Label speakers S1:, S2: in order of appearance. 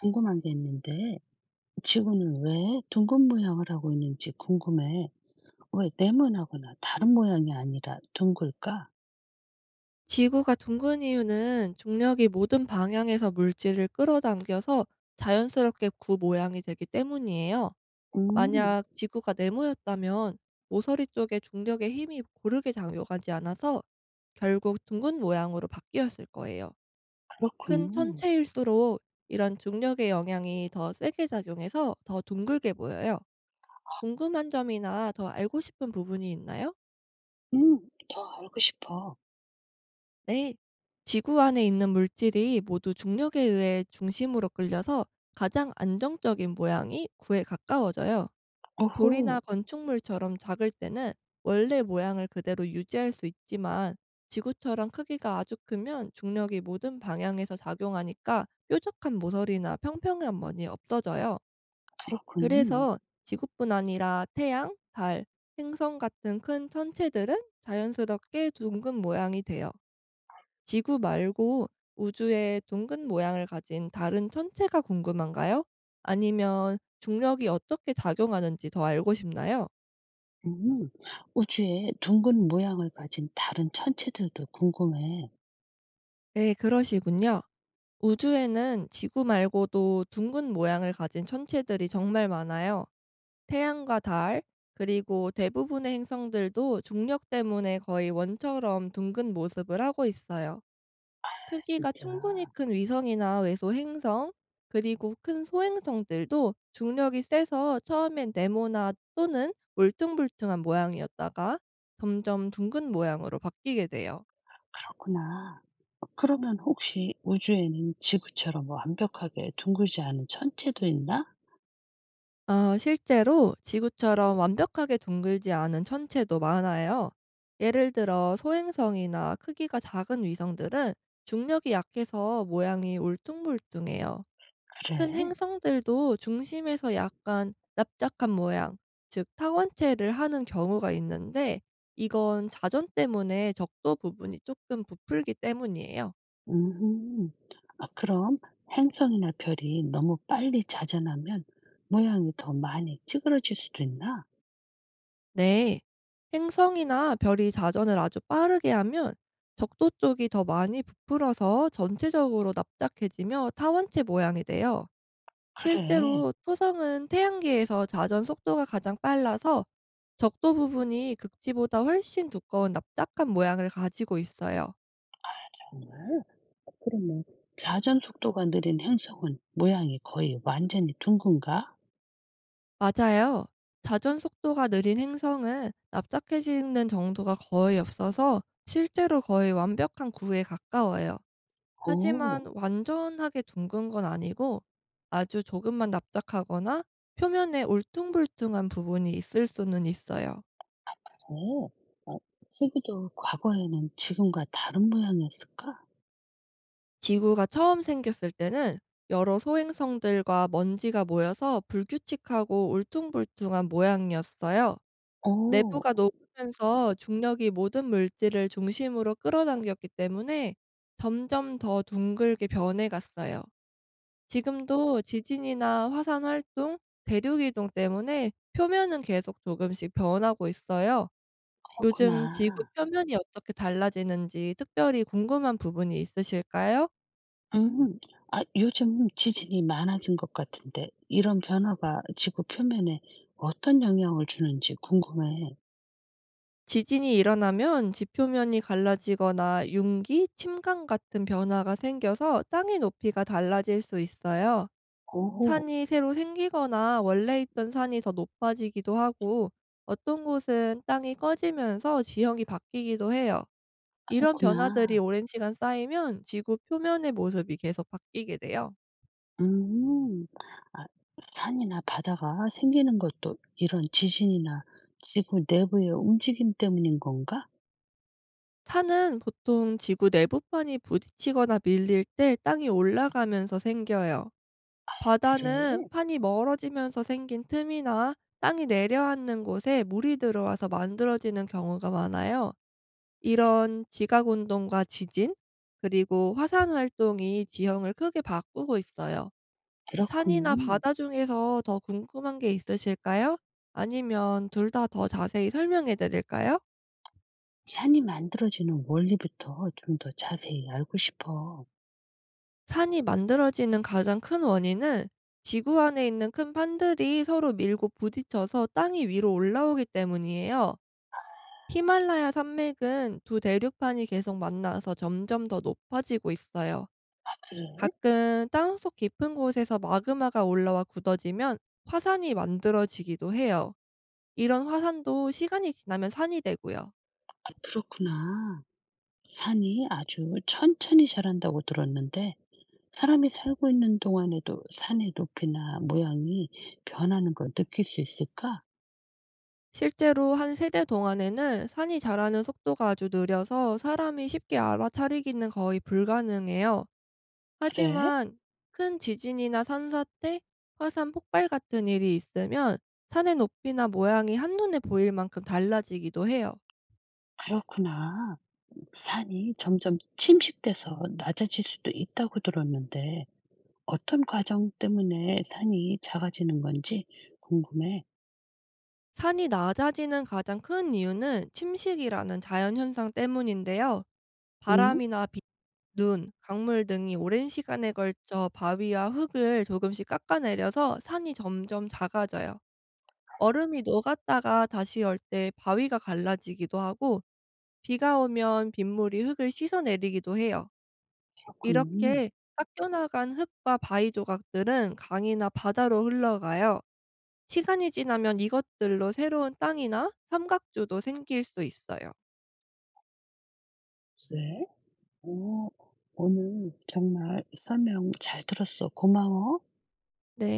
S1: 궁금한 게 있는데, 지구는 왜 둥근 모양을 하고 있는지 궁금해. 왜 네모나거나 다른 모양이 아니라 둥글까?
S2: 지구가 둥근 이유는 중력이 모든 방향에서 물질을 끌어당겨서 자연스럽게 구 모양이 되기 때문이에요.
S1: 음,
S2: 만약 지구가 네모였다면 모서리 쪽에 중력의 힘이 고르게 작용하지 않아서 결국 둥근 모양으로 바뀌었을 거예요. 큰
S1: 그렇군.
S2: 천체일수록 이런 중력의 영향이 더 세게 작용해서 더 둥글게 보여요. 궁금한 점이나 더 알고 싶은 부분이 있나요?
S1: 음, 더 알고 싶어.
S2: 네. 지구 안에 있는 물질이 모두 중력에 의해 중심으로 끌려서 가장 안정적인 모양이 구에 가까워져요. 돌이나
S1: 오호,
S2: 건축물처럼 작을 때는 원래 모양을 그대로 유지할 수 있지만 지구처럼 크기가 아주 크면 중력이 모든 방향에서 작용하니까 뾰족한 모서리나 평평한 면이 없어져요.
S1: 그렇군.
S2: 그래서 지구뿐 아니라 태양, 달, 행성 같은 큰 천체들은 자연스럽게 둥근 모양이 돼요. 지구 말고 우주의 둥근 모양을 가진 다른 천체가 궁금한가요? 아니면 중력이 어떻게 작용하는지 더 알고 싶나요?
S1: 음, 우주에 둥근 모양을 가진 다른 천체들도 궁금해.
S2: 네, 그러시군요. 우주에는 지구 말고도 둥근 모양을 가진 천체들이 정말 많아요. 태양과 달, 그리고 대부분의 행성들도 중력 때문에 거의 원처럼 둥근 모습을 하고 있어요. 크기가 충분히
S1: 진짜,
S2: 큰 위성이나 외소 행성, 그리고 큰 소행성들도 중력이 세서 처음엔 네모나 또는 울퉁불퉁한 모양이었다가 점점 둥근 모양으로 바뀌게 돼요.
S1: 그렇구나. 그러면 혹시 우주에는 지구처럼 완벽하게 둥글지 않은 천체도 있나?
S2: 아, 실제로 지구처럼 완벽하게 둥글지 않은 천체도 많아요. 예를 들어 소행성이나 크기가 작은 위성들은 중력이 약해서 모양이 울퉁불퉁해요. 큰
S1: 그래.
S2: 행성들도 중심에서 약간 납작한 모양, 즉 타원체를 하는 경우가 있는데 이건 자전 때문에 적도 부분이 조금 부풀기 때문이에요.
S1: 음. 아 그럼 행성이나 별이 너무 빨리 자전하면 모양이 더 많이 찌그러질 수도 있나?
S2: 네. 행성이나 별이 자전을 아주 빠르게 하면 적도 쪽이 더 많이 부풀어서 전체적으로 납작해지며 타원체 모양이 돼요.
S1: 그래,
S2: 실제로 토성은 태양계에서 자전 속도가 가장 빨라서 적도 부분이 극지보다 훨씬 두꺼운 납작한 모양을 가지고 있어요.
S1: 정말? 그러면 자전 속도가 느린 행성은 모양이 거의 완전히 둥근가?
S2: 맞아요. 자전 속도가 느린 행성은 납작해지는 정도가 거의 없어서 실제로 거의 완벽한 구에 가까워요. 하지만
S1: 오,
S2: 완전하게 둥근 건 아니고 아주 조금만 납작하거나 표면에 울퉁불퉁한 부분이 있을 수는 있어요.
S1: 그래. 어, 세기도 과거에는 지금과 다른 모양이었을까?
S2: 지구가 처음 생겼을 때는 여러 소행성들과 먼지가 모여서 불규칙하고 울퉁불퉁한 모양이었어요.
S1: 오,
S2: 내부가 녹으면서 중력이 모든 물질을 중심으로 끌어당겼기 때문에 점점 더 둥글게 변해갔어요. 지금도 지진이나 화산 활동, 대륙 이동 때문에 표면은 계속 조금씩 변하고 있어요. 요즘 지구
S1: 그렇구나.
S2: 표면이 어떻게 달라지는지 특별히 궁금한 부분이 있으실까요?
S1: 음. 아 요즘 지진이 많아진 것 같은데 이런 변화가 지구 표면에 어떤 영향을 주는지 궁금해.
S2: 지진이 일어나면 지표면이 갈라지거나 융기, 침강 같은 변화가 생겨서 땅의 높이가 달라질 수 있어요.
S1: 오
S2: 산이 새로 생기거나 원래 있던 산이 더 높아지기도 하고 어떤 곳은 땅이 꺼지면서 지형이 바뀌기도 해요. 이런 변화들이
S1: 그렇구나.
S2: 오랜 시간 쌓이면 지구 표면의 모습이 계속 바뀌게 돼요.
S1: 음. 아 산이나 바다가 생기는 것도 이런 지진이나 지구 내부의 움직임 때문인 건가?
S2: 산은 보통 지구 내부판이 부딪히거나 밀릴 때 땅이 올라가면서 생겨요. 바다는
S1: 그래?
S2: 판이 멀어지면서 생긴 틈이나 땅이 내려앉는 곳에 물이 들어와서 만들어지는 경우가 많아요. 이런 지각 운동과 지진, 그리고 화산 활동이 지형을 크게 바꾸고 있어요. 산이나
S1: 그렇군.
S2: 바다 중에서 더 궁금한 게 있으실까요? 아니면 둘 다 더 자세히 설명해 드릴까요?
S1: 산이 만들어지는 원리부터 좀 더 자세히 알고 싶어.
S2: 산이 만들어지는 가장 큰 원인은 지구 안에 있는 큰 판들이 서로 밀고 부딪혀서 땅이 위로 올라오기 때문이에요. 히말라야 산맥은 두 대륙판이 계속 만나서 점점 더 높아지고 있어요.
S1: 아 그래?
S2: 가끔 땅속 깊은 곳에서 마그마가 올라와 굳어지면 화산이 만들어지기도 해요. 이런 화산도 시간이 지나면 산이 되고요.
S1: 아 그렇구나. 산이 아주 천천히 자란다고 들었는데 사람이 살고 있는 동안에도 산의 높이나 모양이 변하는 걸 느낄 수 있을까?
S2: 실제로 한 세대 동안에는 산이 자라는 속도가 아주 느려서 사람이 쉽게 알아차리기는 거의 불가능해요.
S1: 그래?
S2: 하지만 큰 지진이나 산사태, 화산 폭발 같은 일이 있으면 산의 높이나 모양이 한눈에 보일 만큼 달라지기도 해요.
S1: 그렇구나. 산이 점점 침식돼서 낮아질 수도 있다고 들었는데 어떤 과정 때문에 산이 작아지는 건지 궁금해.
S2: 산이 낮아지는 가장 큰 이유는 침식이라는 자연현상 때문인데요.
S1: 응?
S2: 바람이나 비, 눈, 강물 등이 오랜 시간에 걸쳐 바위와 흙을 조금씩 깎아내려서 산이 점점 작아져요. 얼음이 녹았다가 다시 얼 때 바위가 갈라지기도 하고 비가 오면 빗물이 흙을 씻어내리기도 해요.
S1: 그렇군.
S2: 이렇게 깎여 나간 흙과 바위 조각들은 강이나 바다로 흘러가요. 시간이 지나면 이것들로 새로운 땅이나 삼각주도 생길 수 있어요.
S1: 그 오, 오늘 정말 설명 잘 들었어. 고마워.
S2: 네.